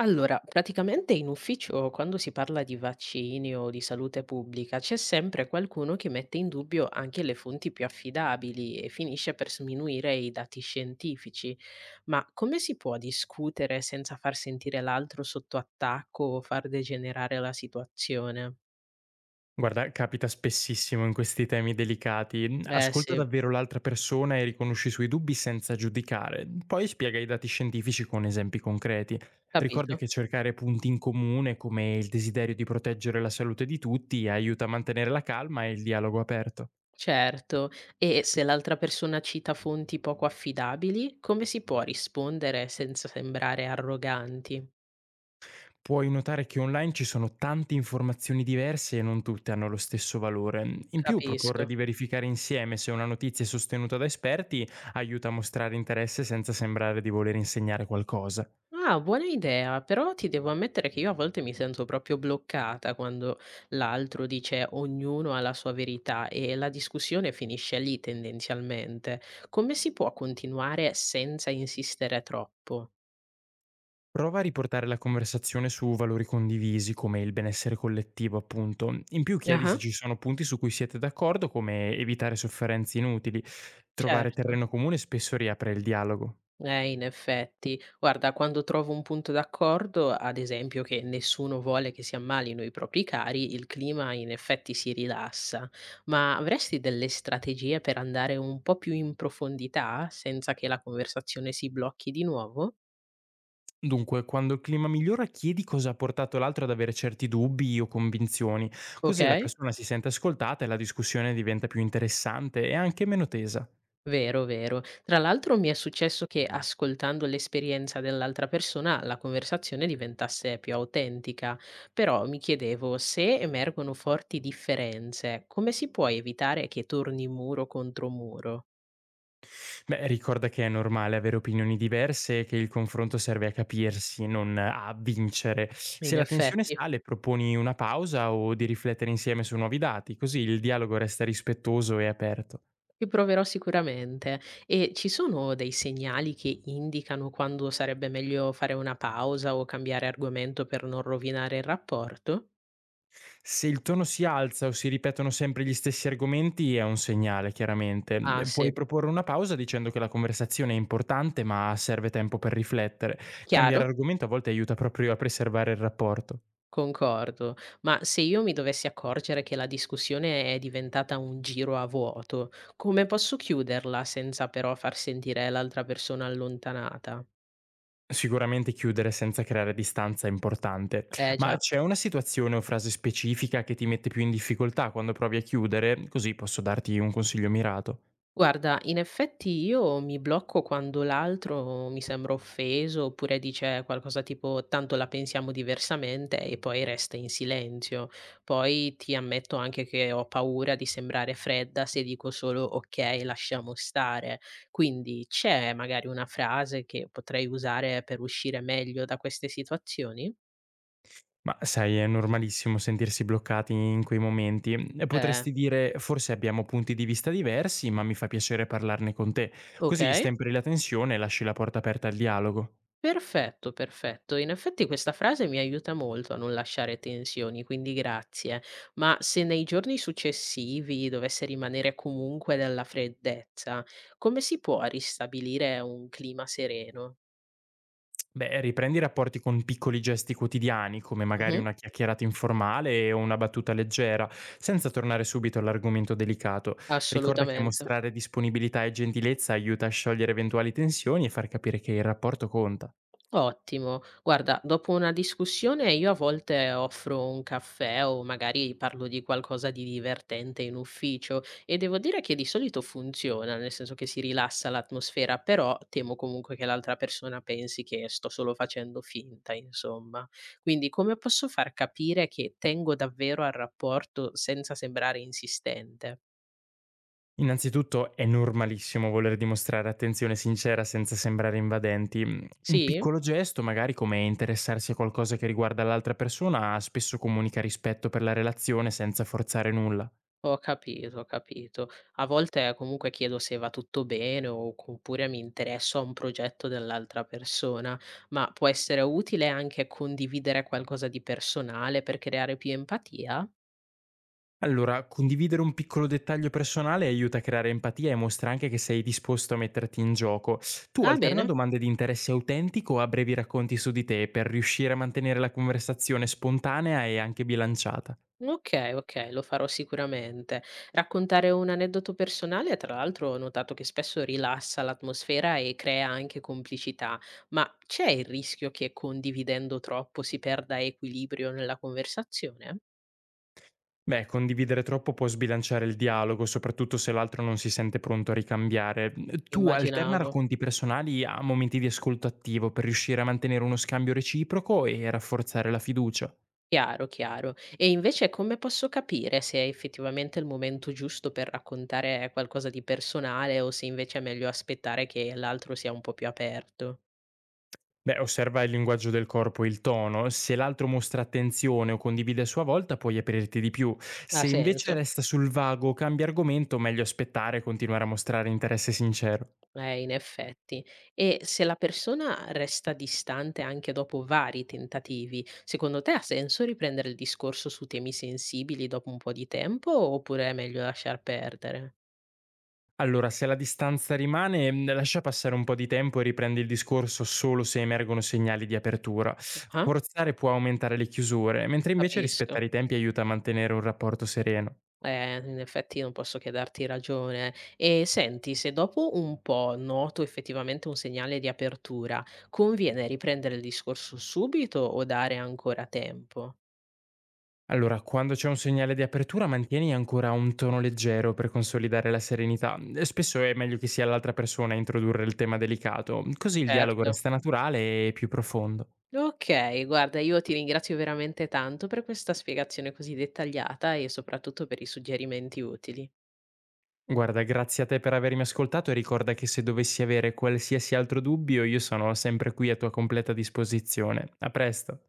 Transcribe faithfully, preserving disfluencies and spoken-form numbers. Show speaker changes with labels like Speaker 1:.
Speaker 1: Allora, praticamente in ufficio quando si parla di vaccini o di salute pubblica c'è sempre qualcuno che mette in dubbio anche le fonti più affidabili e finisce per sminuire i dati scientifici. Ma come si può discutere senza far sentire l'altro sotto attacco o far degenerare la situazione?
Speaker 2: Guarda, capita spessissimo in questi temi delicati. Mm,
Speaker 1: Eh
Speaker 2: Ascolta
Speaker 1: sì,
Speaker 2: davvero l'altra persona e riconosci i suoi dubbi senza giudicare. Poi spiega i dati scientifici con esempi concreti. Ricorda
Speaker 1: capito.
Speaker 2: che cercare punti in comune, come il desiderio di proteggere la salute di tutti, aiuta a mantenere la calma e il dialogo aperto.
Speaker 1: Certo, e se l'altra persona cita fonti poco affidabili, come si può rispondere senza sembrare arroganti?
Speaker 2: Puoi notare che online ci sono tante informazioni diverse e non tutte hanno lo stesso valore. In più, proporre
Speaker 1: Capisco.
Speaker 2: di verificare insieme se una notizia è sostenuta da esperti aiuta a mostrare interesse senza sembrare di voler insegnare qualcosa.
Speaker 1: Ah, buona idea, però ti devo ammettere che io a volte mi sento proprio bloccata quando l'altro dice ognuno ha la sua verità e la discussione finisce lì tendenzialmente. Come si può continuare senza insistere troppo?
Speaker 2: Prova a riportare la conversazione su valori condivisi, come il benessere collettivo, appunto. In più, chiedi se
Speaker 1: Ah,
Speaker 2: ci sono punti su cui siete d'accordo, come evitare sofferenze inutili. Trovare
Speaker 1: certo.
Speaker 2: terreno comune spesso riapre il dialogo.
Speaker 1: Eh, in effetti, guarda, quando trovo un punto d'accordo, ad esempio che nessuno vuole che si ammalino i propri cari, il clima in effetti si rilassa. Ma avresti delle strategie per andare un po' più in profondità senza che la conversazione si blocchi di nuovo?
Speaker 2: Dunque, quando il clima migliora, chiedi cosa ha portato l'altro ad avere certi dubbi o convinzioni, così la
Speaker 1: Ok?
Speaker 2: persona si sente ascoltata e la discussione diventa più interessante e anche meno tesa.
Speaker 1: Vero, vero. Tra l'altro mi è successo che ascoltando l'esperienza dell'altra persona la conversazione diventasse più autentica, però mi chiedevo se emergono forti differenze, come si può evitare che torni muro contro muro?
Speaker 2: Beh, ricorda che è normale avere opinioni diverse e che il confronto serve a capirsi, non a vincere.
Speaker 1: In
Speaker 2: Se la tensione
Speaker 1: effetti,
Speaker 2: sale, proponi una pausa o di riflettere insieme su nuovi dati, così il dialogo resta rispettoso e aperto.
Speaker 1: ci proverò sicuramente. E ci sono dei segnali che indicano quando sarebbe meglio fare una pausa o cambiare argomento per non rovinare il rapporto?
Speaker 2: Se il tono si alza o si ripetono sempre gli stessi argomenti è un segnale,
Speaker 1: Ah,
Speaker 2: chiaramente. Puoi
Speaker 1: sì,
Speaker 2: proporre una pausa dicendo che la conversazione è importante ma serve tempo per riflettere. Cambiare
Speaker 1: chiaro?
Speaker 2: argomento a volte aiuta proprio a preservare il rapporto.
Speaker 1: Concordo, ma se io mi dovessi accorgere che la discussione è diventata un giro a vuoto, come posso chiuderla senza però far sentire l'altra persona allontanata?
Speaker 2: Sicuramente chiudere senza creare distanza è importante,
Speaker 1: Eh
Speaker 2: ma
Speaker 1: già.
Speaker 2: c'è una situazione o frase specifica che ti mette più in difficoltà quando provi a chiudere, così posso darti un consiglio mirato.
Speaker 1: Guarda, in effetti io mi blocco quando l'altro mi sembra offeso oppure dice qualcosa tipo tanto la pensiamo diversamente e poi resta in silenzio. Poi ti ammetto anche che ho paura di sembrare fredda se dico solo ok, lasciamo stare. Quindi c'è magari una frase che potrei usare per uscire meglio da queste situazioni?
Speaker 2: Ma sai, è normalissimo sentirsi bloccati in quei momenti. E
Speaker 1: Eh,
Speaker 2: potresti dire, forse abbiamo punti di vista diversi, ma mi fa piacere parlarne con te.
Speaker 1: ok.
Speaker 2: Così stemperi la tensione e lasci la porta aperta al dialogo.
Speaker 1: Perfetto, perfetto. In effetti questa frase mi aiuta molto a non lasciare tensioni, quindi grazie. Ma se nei giorni successivi dovesse rimanere comunque della freddezza, come si può ristabilire un clima sereno?
Speaker 2: Beh, riprendi i rapporti con piccoli gesti quotidiani, come magari
Speaker 1: Mhm.
Speaker 2: una chiacchierata informale o una battuta leggera, senza tornare subito all'argomento delicato. Ricorda che
Speaker 1: Assolutamente.
Speaker 2: mostrare disponibilità e gentilezza aiuta a sciogliere eventuali tensioni e far capire che il rapporto conta.
Speaker 1: Ottimo. Guarda, dopo una discussione io a volte offro un caffè o magari parlo di qualcosa di divertente in ufficio e devo dire che di solito funziona, nel senso che si rilassa l'atmosfera, però temo comunque che l'altra persona pensi che sto solo facendo finta, insomma. Quindi come posso far capire che tengo davvero al rapporto senza sembrare insistente?
Speaker 2: Innanzitutto è normalissimo voler dimostrare attenzione sincera senza sembrare invadenti. Un
Speaker 1: Sì?
Speaker 2: piccolo gesto, magari come interessarsi a qualcosa che riguarda l'altra persona, spesso comunica rispetto per la relazione senza forzare nulla.
Speaker 1: Ho capito, ho capito. A volte comunque chiedo se va tutto bene o oppure mi interesso a un progetto dell'altra persona, ma può essere utile anche condividere qualcosa di personale per creare più empatia?
Speaker 2: Allora, condividere un piccolo dettaglio personale aiuta a creare empatia e mostra anche che sei disposto a metterti in gioco. Tu
Speaker 1: Ah,
Speaker 2: alterna
Speaker 1: bene.
Speaker 2: domande di interesse autentico a brevi racconti su di te per riuscire a mantenere la conversazione spontanea e anche bilanciata.
Speaker 1: Ok, ok, lo farò sicuramente. Raccontare un aneddoto personale, tra l'altro, ho notato che spesso rilassa l'atmosfera e crea anche complicità, ma c'è il rischio che condividendo troppo si perda equilibrio nella conversazione?
Speaker 2: Beh, condividere troppo può sbilanciare il dialogo, soprattutto se l'altro non si sente pronto a ricambiare. Tu alterna
Speaker 1: Immaginavo.
Speaker 2: racconti personali a momenti di ascolto attivo per riuscire a mantenere uno scambio reciproco e rafforzare la fiducia.
Speaker 1: Chiaro, chiaro. E invece come posso capire se è effettivamente il momento giusto per raccontare qualcosa di personale o se invece è meglio aspettare che l'altro sia un po' più aperto?
Speaker 2: Beh, osserva il linguaggio del corpo e il tono. Se l'altro mostra attenzione o condivide a sua volta, puoi aprirti di più.
Speaker 1: Ha
Speaker 2: Se invece
Speaker 1: senso?
Speaker 2: resta sul vago o cambia argomento, meglio aspettare e continuare a mostrare interesse sincero.
Speaker 1: Eh, in effetti. E se la persona resta distante anche dopo vari tentativi, secondo te ha senso riprendere il discorso su temi sensibili dopo un po' di tempo oppure è meglio lasciar perdere?
Speaker 2: Allora, se la distanza rimane, mh, lascia passare un po' di tempo e riprendi il discorso solo se emergono segnali di apertura.
Speaker 1: Ah,
Speaker 2: Forzare può aumentare le chiusure, mentre invece
Speaker 1: capisco.
Speaker 2: rispettare i tempi aiuta a mantenere un rapporto sereno.
Speaker 1: Eh, in effetti non posso che darti ragione. E senti, se dopo un po' noto effettivamente un segnale di apertura, conviene riprendere il discorso subito o dare ancora tempo?
Speaker 2: Allora, quando c'è un segnale di apertura, mantieni ancora un tono leggero per consolidare la serenità. E spesso è meglio che sia l'altra persona a introdurre il tema delicato, così il dialogo
Speaker 1: Certo.
Speaker 2: resta naturale e più profondo.
Speaker 1: Ok, guarda, io ti ringrazio veramente tanto per questa spiegazione così dettagliata e soprattutto per i suggerimenti utili.
Speaker 2: Guarda, grazie a te per avermi ascoltato e ricorda che se dovessi avere qualsiasi altro dubbio io sono sempre qui a tua completa disposizione. A presto.